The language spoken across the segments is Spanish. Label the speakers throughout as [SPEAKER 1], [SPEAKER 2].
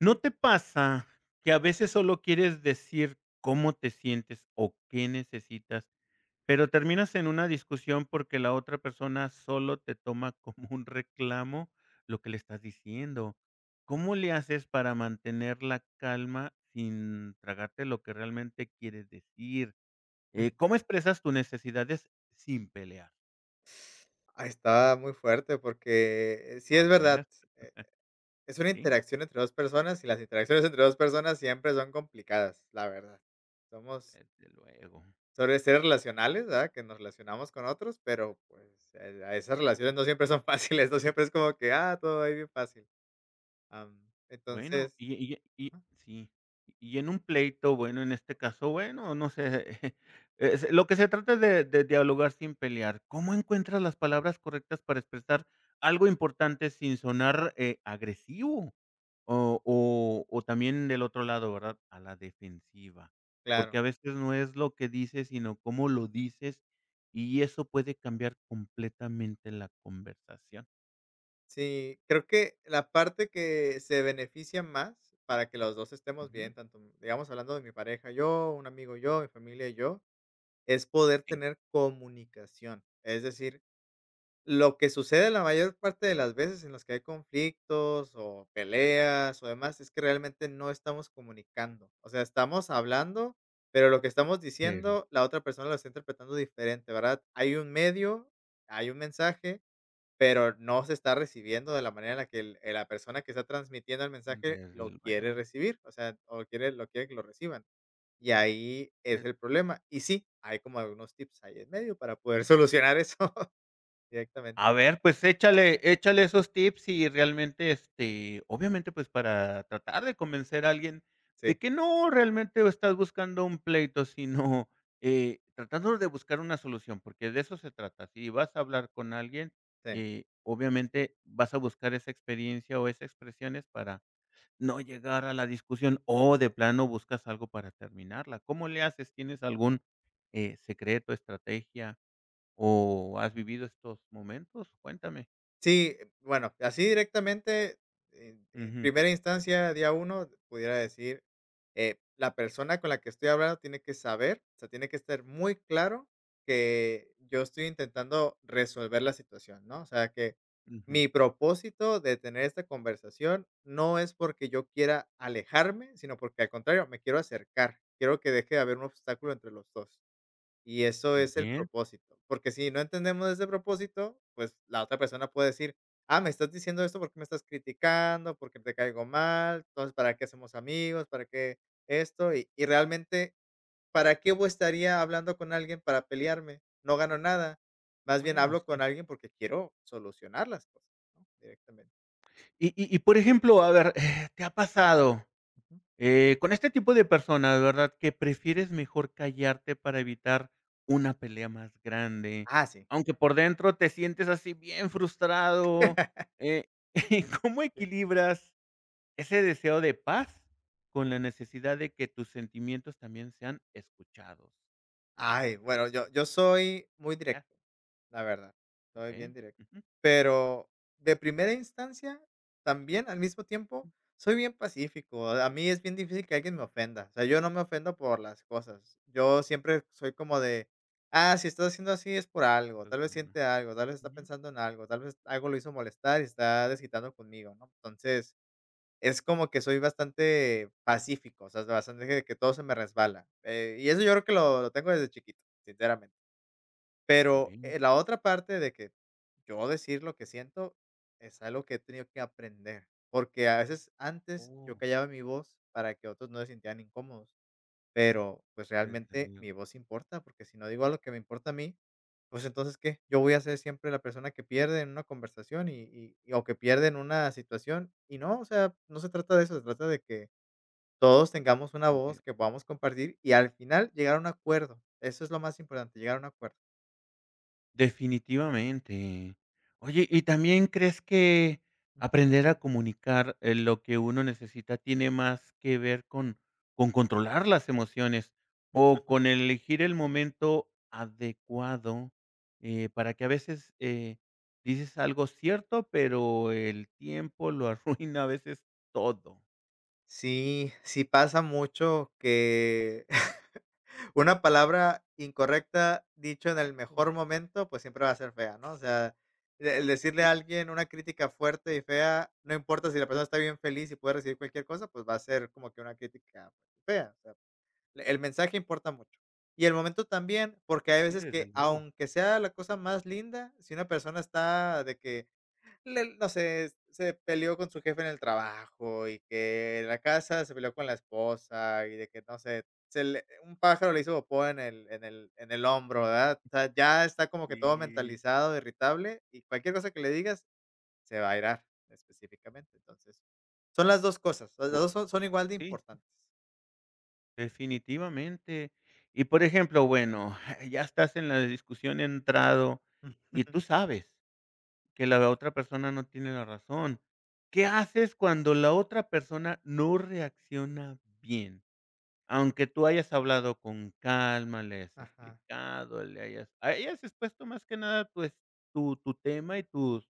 [SPEAKER 1] ¿No te pasa que a veces solo quieres decir cómo te sientes o qué necesitas, pero terminas en una discusión porque la otra persona solo te toma como un reclamo lo que le estás diciendo? ¿Cómo le haces para mantener la calma sin tragarte lo que realmente quieres decir?
[SPEAKER 2] Mm.
[SPEAKER 1] ¿Cómo expresas tus necesidades sin pelear?
[SPEAKER 2] Ah, está muy fuerte porque sí
[SPEAKER 1] A
[SPEAKER 2] es verdad,
[SPEAKER 1] ver,
[SPEAKER 2] eh, es una
[SPEAKER 1] sí,
[SPEAKER 2] interacción entre 2 personas y las interacciones entre 2 personas siempre son complicadas, la verdad. Somos
[SPEAKER 1] desde luego.
[SPEAKER 2] sobre ser relacionales, ¿verdad? Que nos relacionamos con otros, pero, pues, a esas relaciones no siempre son fáciles, no siempre es como que, ah, todo ahí bien fácil.
[SPEAKER 1] Bueno,
[SPEAKER 2] Entonces
[SPEAKER 1] y
[SPEAKER 2] ajá,
[SPEAKER 1] sí. Y en un pleito, bueno, en este caso, bueno, no sé, es lo que se trata es de dialogar sin pelear. ¿Cómo encuentras las palabras correctas para expresar algo importante sin sonar, agresivo? O también del otro lado, ¿verdad? A la defensiva,
[SPEAKER 2] claro.
[SPEAKER 1] porque a veces no es lo que dices, sino cómo lo dices, y eso puede cambiar completamente la conversación.
[SPEAKER 2] Sí, creo que la parte que se beneficia más para que los 2 estemos
[SPEAKER 1] Ujú.
[SPEAKER 2] bien, tanto, digamos, hablando de mi pareja, yo, un amigo, yo, mi familia y yo es poder
[SPEAKER 1] Sí,
[SPEAKER 2] tener comunicación. Es decir, lo que sucede la mayor parte de las veces en las que hay conflictos o peleas o demás es que realmente no estamos comunicando. O sea, estamos hablando, pero lo que estamos
[SPEAKER 1] pero
[SPEAKER 2] diciendo, la otra persona lo está interpretando diferente, ¿verdad? Hay un medio, hay un mensaje, pero no se está recibiendo de la manera en la que la persona que está transmitiendo el
[SPEAKER 1] Mm,
[SPEAKER 2] mensaje
[SPEAKER 1] desde
[SPEAKER 2] lo quiere
[SPEAKER 1] luego.
[SPEAKER 2] recibir, o sea, o quiere, lo quiere que lo reciban. Y ahí es
[SPEAKER 1] Eh
[SPEAKER 2] el problema. Y sí, hay como algunos tips ahí en medio para poder solucionar eso directamente.
[SPEAKER 1] A ver, pues échale esos tips y realmente, este, obviamente, pues, para tratar de convencer a alguien de
[SPEAKER 2] Sí,
[SPEAKER 1] que no realmente estás buscando un pleito, sino, tratando de buscar una solución, porque de eso se trata. Si vas a hablar con alguien,
[SPEAKER 2] sí.
[SPEAKER 1] obviamente vas a buscar esa experiencia o esas expresiones para no llegar a la discusión, o de plano buscas algo para terminarla. ¿Cómo le haces? ¿Tienes algún, secreto, estrategia? ¿O has vivido estos momentos? Cuéntame.
[SPEAKER 2] Sí, bueno, así directamente, en
[SPEAKER 1] Ujú,
[SPEAKER 2] primera instancia, día uno, pudiera decir, la persona con la que estoy hablando tiene que saber, o sea, tiene que estar muy claro que yo estoy intentando resolver la situación, ¿no? O sea, que
[SPEAKER 1] ujú.
[SPEAKER 2] mi propósito de tener esta conversación no es porque yo quiera alejarme, sino porque al contrario, me quiero acercar, quiero que deje de haber un obstáculo entre los 2. Y eso
[SPEAKER 1] Muy
[SPEAKER 2] es el
[SPEAKER 1] bien,
[SPEAKER 2] propósito, porque si no entendemos ese propósito, pues la otra persona puede decir: "Ah, me estás diciendo esto porque me estás criticando, porque te caigo mal, entonces, ¿para qué hacemos amigos? ¿Para qué esto?". Y realmente, ¿para qué voy estaría hablando con alguien para pelearme? No gano nada. Más bien
[SPEAKER 1] bueno,
[SPEAKER 2] hablo con
[SPEAKER 1] sí.
[SPEAKER 2] alguien porque quiero solucionar las cosas, ¿no? Directamente.
[SPEAKER 1] Y, por ejemplo, a ver, ¿te ha pasado,
[SPEAKER 2] Ujú.
[SPEAKER 1] con este tipo de personas, verdad, que prefieres mejor callarte para evitar una pelea más grande,
[SPEAKER 2] Ah, sí.
[SPEAKER 1] aunque por dentro te sientes así bien frustrado? Eh, ¿cómo equilibras ese deseo de paz con la necesidad de que tus sentimientos también sean escuchados?
[SPEAKER 2] Ay, bueno, yo soy muy
[SPEAKER 1] A ver,
[SPEAKER 2] directo, la verdad, soy
[SPEAKER 1] okey.
[SPEAKER 2] bien directo.
[SPEAKER 1] Ujú,
[SPEAKER 2] Pero de primera instancia, también al mismo tiempo, soy bien pacífico. A mí es bien difícil que alguien me ofenda. O sea, yo no me ofendo por las cosas. Yo siempre soy como de, ah, si estás haciendo así es por algo,
[SPEAKER 1] eso
[SPEAKER 2] tal
[SPEAKER 1] es
[SPEAKER 2] vez
[SPEAKER 1] bueno.
[SPEAKER 2] siente algo, tal vez está
[SPEAKER 1] Ujú.
[SPEAKER 2] pensando en algo, tal vez algo lo hizo molestar y está desquitando conmigo, ¿no? Entonces, es como que soy bastante pacífico, o sea, bastante de que todo se me resbala. Y eso yo creo que lo tengo desde chiquito, sinceramente.
[SPEAKER 1] Muy
[SPEAKER 2] Pero,
[SPEAKER 1] bien.
[SPEAKER 2] la otra parte de que yo decir lo que siento es algo que he tenido que aprender, porque a veces antes yo
[SPEAKER 1] Oh,
[SPEAKER 2] callaba mi voz para que otros no se sintieran incómodos. Pero, pues,
[SPEAKER 1] desde
[SPEAKER 2] realmente
[SPEAKER 1] luego.
[SPEAKER 2] mi voz importa, porque si no digo algo que me importa a mí, pues, entonces, ¿qué? Yo voy a ser siempre la persona que pierde en una conversación y o que pierde en una situación, y no, o sea, no se trata de eso, se trata de que todos tengamos una voz
[SPEAKER 1] De
[SPEAKER 2] que podamos compartir y al final llegar a un acuerdo. Eso es lo más importante, llegar a un acuerdo.
[SPEAKER 1] definitivamente. Oye, ¿y también crees que aprender a comunicar, lo que uno necesita tiene más que ver con controlar las emociones o con elegir el momento adecuado, para que a veces, dices algo cierto, pero el tiempo lo arruina a veces todo?
[SPEAKER 2] Sí, sí pasa mucho que una palabra incorrecta dicho en el
[SPEAKER 1] Exacto.
[SPEAKER 2] mejor momento, pues siempre va a ser fea, ¿no? O sea, de el decirle
[SPEAKER 1] Sí,
[SPEAKER 2] a alguien una crítica fuerte y fea, no importa si la persona está bien feliz y puede recibir cualquier cosa, pues va a ser como que una crítica fea. O sea, el mensaje importa mucho. Y el momento también, porque hay
[SPEAKER 1] sí,
[SPEAKER 2] veces
[SPEAKER 1] desde
[SPEAKER 2] que,
[SPEAKER 1] luego.
[SPEAKER 2] aunque sea la cosa más linda, si una persona está de que le no sé, se peleó con su jefe en el trabajo y que en la casa se peleó con la esposa y de que, no sé, se le un pájaro le hizo popó en el hombro, ¿verdad? O sea, ya está como que todo
[SPEAKER 1] Y,
[SPEAKER 2] mentalizado, irritable, y cualquier cosa que le digas se va a irar específicamente. Entonces, son las dos cosas, las
[SPEAKER 1] bu
[SPEAKER 2] 2 son igual de
[SPEAKER 1] sí.
[SPEAKER 2] importantes.
[SPEAKER 1] Definitivamente. Y, por ejemplo, bueno, ya estás en la discusión entrado y tú sabes que la otra persona no tiene la razón. ¿Qué haces cuando la otra persona no reacciona bien? Aunque tú hayas hablado con calma, le hayas
[SPEAKER 2] Ajá.
[SPEAKER 1] explicado, le hayas expuesto más que nada tu es tu tu tema y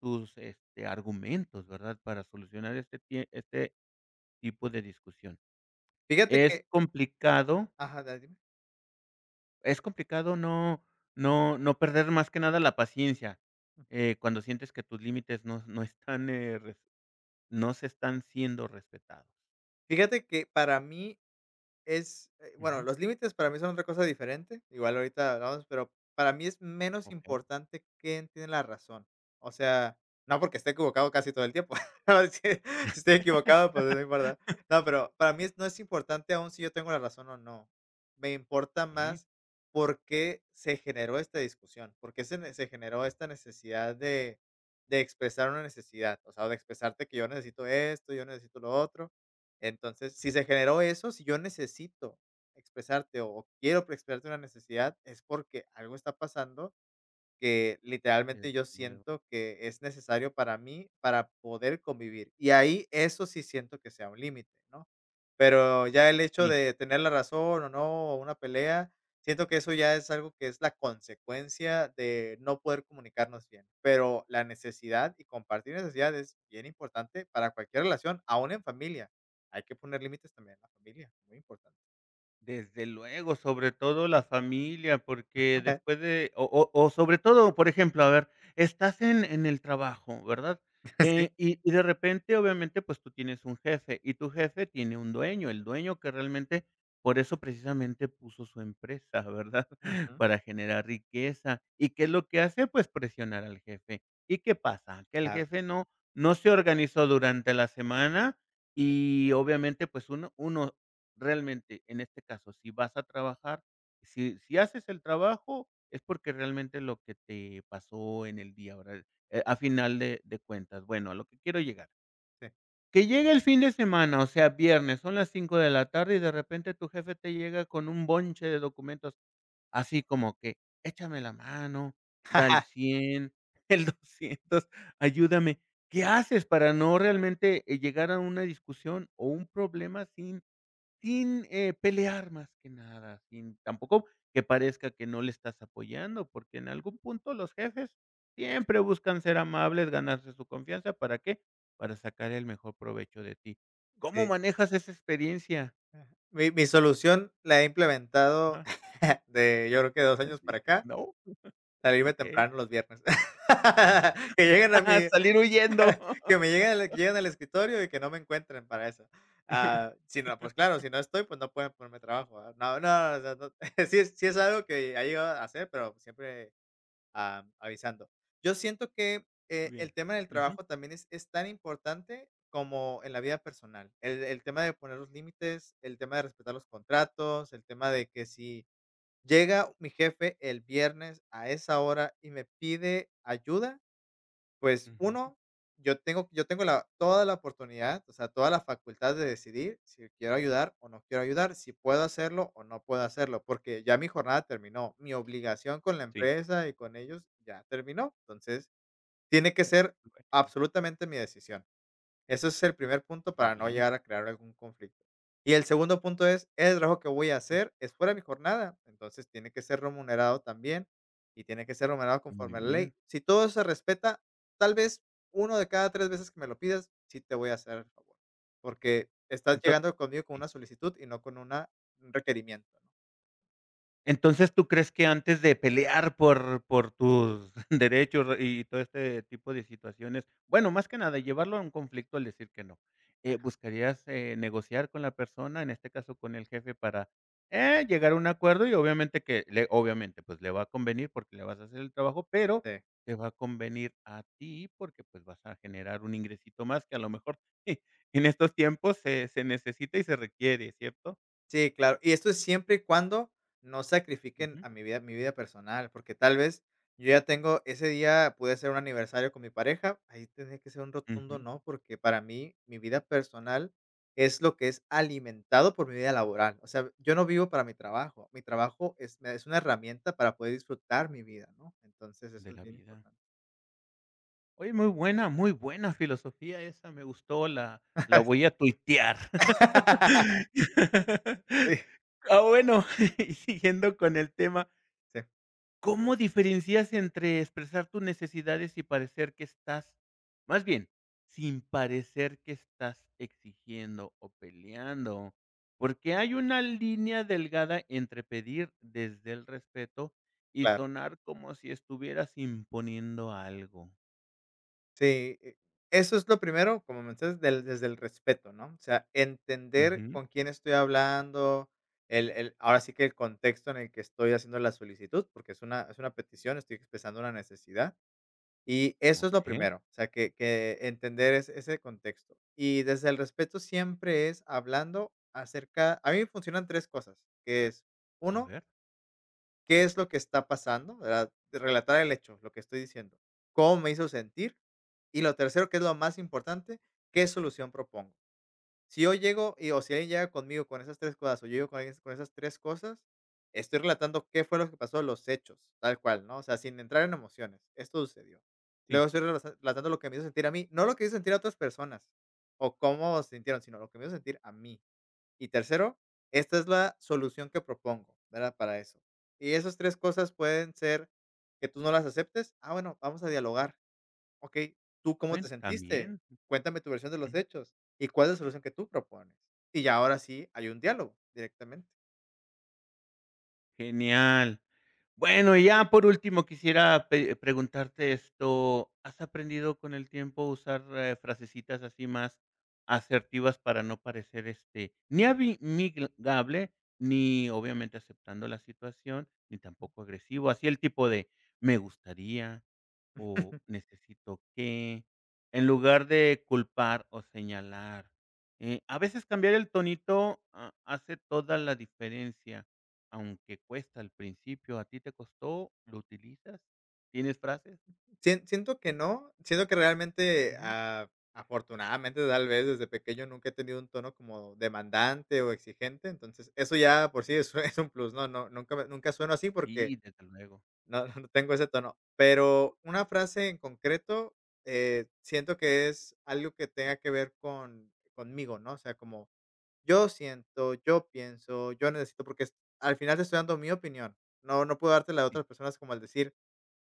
[SPEAKER 1] tus, este, argumentos, ¿verdad? Para solucionar este tie este tipo de discusión.
[SPEAKER 2] Fíjate
[SPEAKER 1] Es
[SPEAKER 2] que
[SPEAKER 1] complicado
[SPEAKER 2] ajá, dime.
[SPEAKER 1] Es complicado no perder más que nada la paciencia, cuando sientes que tus límites no están, res no se están siendo respetados.
[SPEAKER 2] Fíjate que para mí es, bueno,
[SPEAKER 1] Ujú.
[SPEAKER 2] los límites para mí son otra cosa diferente, igual ahorita hablamos, pero para mí es menos
[SPEAKER 1] Okey,
[SPEAKER 2] importante quién tiene la razón. O sea, no porque esté equivocado casi todo el tiempo. No, si si estoy equivocado, pues no importa. No, pero para mí es no es importante aún si yo tengo la razón o no. Me importa
[SPEAKER 1] okey,
[SPEAKER 2] más por qué se generó esta discusión, por qué se, se generó esta necesidad de expresar una necesidad, o sea, de expresarte que yo necesito esto, yo necesito lo otro entonces, si se generó eso, si yo necesito expresarte o quiero expresarte una necesidad, es porque algo está pasando que literalmente
[SPEAKER 1] desde
[SPEAKER 2] yo
[SPEAKER 1] luego.
[SPEAKER 2] siento que es necesario para mí para poder convivir. Y ahí eso sí siento que sea un límite, ¿no? Pero ya el hecho
[SPEAKER 1] Sí.
[SPEAKER 2] de tener la razón o no, o una pelea, siento que eso ya es algo que es la consecuencia de no poder comunicarnos bien. Pero la necesidad y compartir necesidad es bien importante para cualquier relación, aún en familia. Hay que poner límites también en la familia, muy importante.
[SPEAKER 1] Desde luego, sobre todo la familia, porque después de o sobre todo, por ejemplo, a ver, estás en el trabajo, ¿verdad?
[SPEAKER 2] Sí.
[SPEAKER 1] Y de repente, obviamente, pues, tú tienes un jefe, y tu jefe tiene un dueño, el dueño que realmente por eso precisamente puso su empresa, ¿verdad?
[SPEAKER 2] Ujú.
[SPEAKER 1] Para generar riqueza, ¿y qué es lo que hace? Pues, presionar al jefe, ¿y qué pasa? Que el
[SPEAKER 2] Ah,
[SPEAKER 1] jefe no se organizó durante la semana y, obviamente, pues, uno realmente, en este caso, si vas a trabajar, si haces el trabajo, es porque realmente lo que te pasó en el día, ¿verdad? A final de cuentas. Bueno, a lo que quiero llegar.
[SPEAKER 2] sí,
[SPEAKER 1] Que llegue el fin de semana, o sea, viernes, son las 5 de la tarde y de repente tu jefe te llega con un bonche de documentos, así como que: "Échame la mano, da el 100 el 200 ayúdame". ¿Qué haces para no realmente, llegar a una discusión o un problema sin pelear más que nada, sin tampoco que parezca que no le estás apoyando, porque en algún punto los jefes siempre buscan ser amables, ganarse su confianza, ¿para qué? Para sacar el mejor provecho de ti. ¿Cómo
[SPEAKER 2] sí.
[SPEAKER 1] manejas esa experiencia?
[SPEAKER 2] Mi solución la he implementado
[SPEAKER 1] Ajá,
[SPEAKER 2] de, yo creo que 2 años para
[SPEAKER 1] dices:
[SPEAKER 2] acá,
[SPEAKER 1] "No,
[SPEAKER 2] salirme
[SPEAKER 1] okey".
[SPEAKER 2] temprano los viernes. Que lleguen a mi
[SPEAKER 1] Salir huyendo.
[SPEAKER 2] que me lleguen al que lleguen al escritorio y que no me encuentren para eso. Ah, si no, pues claro, si no estoy, pues no pueden ponerme trabajo, ¿verdad? No, no, o sea, no sí es algo que ha llegado a hacer, pero siempre avisando. Yo siento que,
[SPEAKER 1] Muy
[SPEAKER 2] el
[SPEAKER 1] bien.
[SPEAKER 2] tema del
[SPEAKER 1] Ujú,
[SPEAKER 2] trabajo también es tan importante como en la vida personal. El tema de poner los límites, el tema de respetar los contratos, el tema de que si llega mi jefe el viernes a esa hora y me pide ayuda pues
[SPEAKER 1] ujú.
[SPEAKER 2] uno, yo tengo la toda la oportunidad, o sea, toda la facultad de decidir si quiero ayudar o no quiero ayudar, si puedo hacerlo o no puedo hacerlo, porque ya mi jornada terminó, mi obligación con la
[SPEAKER 1] Sí,
[SPEAKER 2] empresa y con ellos ya terminó, entonces tiene que ser absolutamente mi decisión. Ese es el primer punto
[SPEAKER 1] muy
[SPEAKER 2] para no
[SPEAKER 1] bien.
[SPEAKER 2] llegar a crear algún conflicto. Y el segundo punto es, el trabajo que voy a hacer es fuera de mi jornada, entonces tiene que ser remunerado también y tiene que ser remunerado
[SPEAKER 1] Muy
[SPEAKER 2] conforme a la ley.
[SPEAKER 1] bien.
[SPEAKER 2] Si todo se respeta, tal vez uno de cada tres veces que me lo pidas, sí te voy a hacer el favor, porque estás
[SPEAKER 1] Ento
[SPEAKER 2] llegando conmigo con una solicitud y no con una, un requerimiento, ¿no?
[SPEAKER 1] Entonces, ¿tú crees que antes de pelear por tus derechos y todo este tipo de situaciones? Bueno, más que nada, llevarlo a un conflicto al decir que no, ¿buscarías, negociar con la persona, en este caso con el jefe, para, llegar a un acuerdo? Y obviamente, pues, le va a convenir porque le vas a hacer el trabajo, pero te va a convenir a ti porque, pues, vas a generar un ingresito más que a lo mejor en estos tiempos se necesita y se requiere, ¿cierto?
[SPEAKER 2] Sí, claro. Y esto es siempre y cuando no sacrifiquen
[SPEAKER 1] Ujú.
[SPEAKER 2] a mi vida personal, porque tal vez yo ya tengo ese día pude ser un aniversario con mi pareja, ahí tendría que ser un rotundo
[SPEAKER 1] Ujú,
[SPEAKER 2] no, porque para mí mi vida personal es lo que es alimentado por mi vida laboral. O sea, yo no vivo para mi trabajo es me es una herramienta para poder disfrutar mi vida, ¿no? Entonces, eso
[SPEAKER 1] de
[SPEAKER 2] es
[SPEAKER 1] la
[SPEAKER 2] bien
[SPEAKER 1] vida.
[SPEAKER 2] importante.
[SPEAKER 1] Oye, muy buena filosofía esa, me gustó, la voy a tuitear.
[SPEAKER 2] Sí,
[SPEAKER 1] Ah, bueno, y siguiendo con el tema,
[SPEAKER 2] sí,
[SPEAKER 1] ¿cómo diferencias entre expresar tus necesidades y parecer que estás más bien, sin parecer que estás exigiendo o peleando? Porque hay una línea delgada entre pedir desde el respeto y
[SPEAKER 2] claro.
[SPEAKER 1] sonar como si estuvieras imponiendo algo.
[SPEAKER 2] Sí, eso es lo primero, como mencionas, del desde el respeto, ¿no? O sea, entender
[SPEAKER 1] Ujú.
[SPEAKER 2] con quién estoy hablando, el ahora sí que el contexto en el que estoy haciendo la solicitud, porque es una petición, estoy expresando una necesidad, y eso es lo
[SPEAKER 1] Okey.
[SPEAKER 2] primero, o sea, que entender ese contexto. Y desde el respeto siempre es hablando acerca a mí me funcionan 3 cosas, que es,
[SPEAKER 1] A
[SPEAKER 2] uno
[SPEAKER 1] ver,
[SPEAKER 2] ¿qué es lo que está pasando?, ¿verdad? Relatar el hecho, lo que estoy diciendo. ¿Cómo me hizo sentir? Y lo tercero, que es lo más importante, ¿qué solución propongo? Si yo llego y o si alguien llega conmigo con esas 3 cosas, o yo llego con alguien con esas 3 cosas, estoy relatando qué fue lo que pasó, los hechos, tal cual, ¿no? O sea, sin entrar en emociones, esto sucedió.
[SPEAKER 1] sí,
[SPEAKER 2] Luego estoy relasa relatando lo que me hizo sentir a mí, no lo que hizo sentir a otras personas, o cómo sintieron, sino lo que me hizo sentir a mí. Y tercero, esta es la solución que propongo, ¿verdad? Para eso. Y esas 3 cosas pueden ser que tú no las aceptes. Ah, bueno, vamos a dialogar. Okey, ¿tú cómo te
[SPEAKER 1] bueno,
[SPEAKER 2] sentiste?
[SPEAKER 1] también,
[SPEAKER 2] Cuéntame tu versión de los
[SPEAKER 1] ujú,
[SPEAKER 2] hechos, ¿y cuál es la solución que tú propones? Y ya ahora sí hay un diálogo directamente.
[SPEAKER 1] genial. Bueno, y ya por último quisiera pe preguntarte esto, ¿has aprendido con el tiempo a usar, frasecitas así más asertivas para no parecer, este, ni obviamente aceptando la situación, ni tampoco agresivo? Así el tipo de: "Me gustaría", o necesito que, en lugar de culpar o señalar. A veces cambiar el tonito ha hace toda la diferencia, aunque cuesta al principio. ¿A ti te costó? ¿Lo utilizas? ¿Tienes frases?
[SPEAKER 2] Siento que no, siento que realmente,
[SPEAKER 1] Ujú.
[SPEAKER 2] ah, afortunadamente, tal vez desde pequeño nunca he tenido un tono como demandante o exigente, entonces eso ya por sí es es un plus, ¿no? No, nunca sueno así porque
[SPEAKER 1] Sí, desde luego.
[SPEAKER 2] no, no tengo ese tono, pero una frase en concreto, siento que es algo que tenga que ver con conmigo, ¿no? O sea, como yo siento, yo pienso, yo necesito, porque al final te estoy dando mi opinión. No, no puedo darte la de
[SPEAKER 1] Sí,
[SPEAKER 2] otras personas como al decir,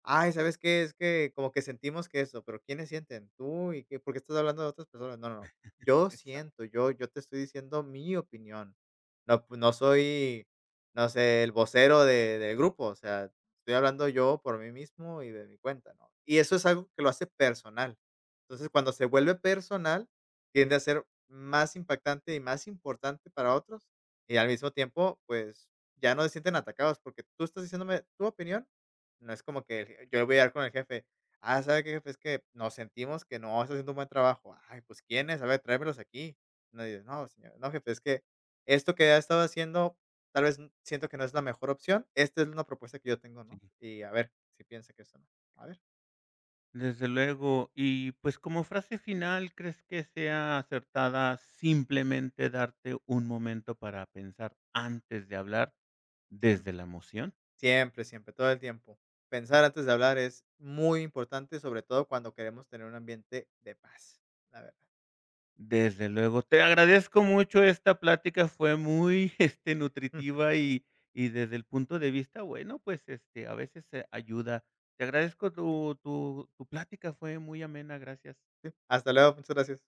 [SPEAKER 2] ay, ¿sabes qué? Es que como que sentimos que eso, pero ¿quiénes sienten? ¿Tú? ¿Y qué? ¿Por qué estás hablando de otras personas? No, no, no. Yo
[SPEAKER 1] exacto.
[SPEAKER 2] siento, yo te estoy diciendo mi opinión. No, pues, no soy, no sé, el vocero de del grupo, o sea, estoy hablando yo por mí mismo y de mi cuenta, ¿no? Y eso es algo que lo hace personal. Entonces, cuando se vuelve personal, tiende a ser más impactante y más importante para otros, y al mismo tiempo, pues, ya no se sienten atacados porque tú estás diciéndome tu opinión no es como que el je yo voy a dar con el jefe: "Ah, ¿sabe qué, jefe? Es que nos sentimos que no está haciendo un buen trabajo". "Ay, pues, ¿quién es? A ver, tráemelos aquí". No, dices: "No, señor, no, jefe, es que esto que ha estado haciendo, tal vez siento que no es la mejor opción. Esta es una propuesta que yo tengo,
[SPEAKER 1] Sí.
[SPEAKER 2] ¿no? Y a ver si piensa que esto no". A ver,
[SPEAKER 1] Desde luego. Y, pues, como frase final, ¿crees que sea acertada simplemente darte un momento para pensar antes de hablar desde
[SPEAKER 2] siempre,
[SPEAKER 1] la emoción?
[SPEAKER 2] siempre, siempre, todo el tiempo. Pensar antes de hablar es muy importante, sobre todo cuando queremos tener un ambiente de paz, la verdad.
[SPEAKER 1] Desde luego. Te agradezco mucho esta plática, fue muy, este, nutritiva y desde el punto de vista, bueno, pues, este, a veces, ayuda. Te agradezco tu tu plática, fue muy amena, gracias.
[SPEAKER 2] Sí, hasta luego, muchas gracias.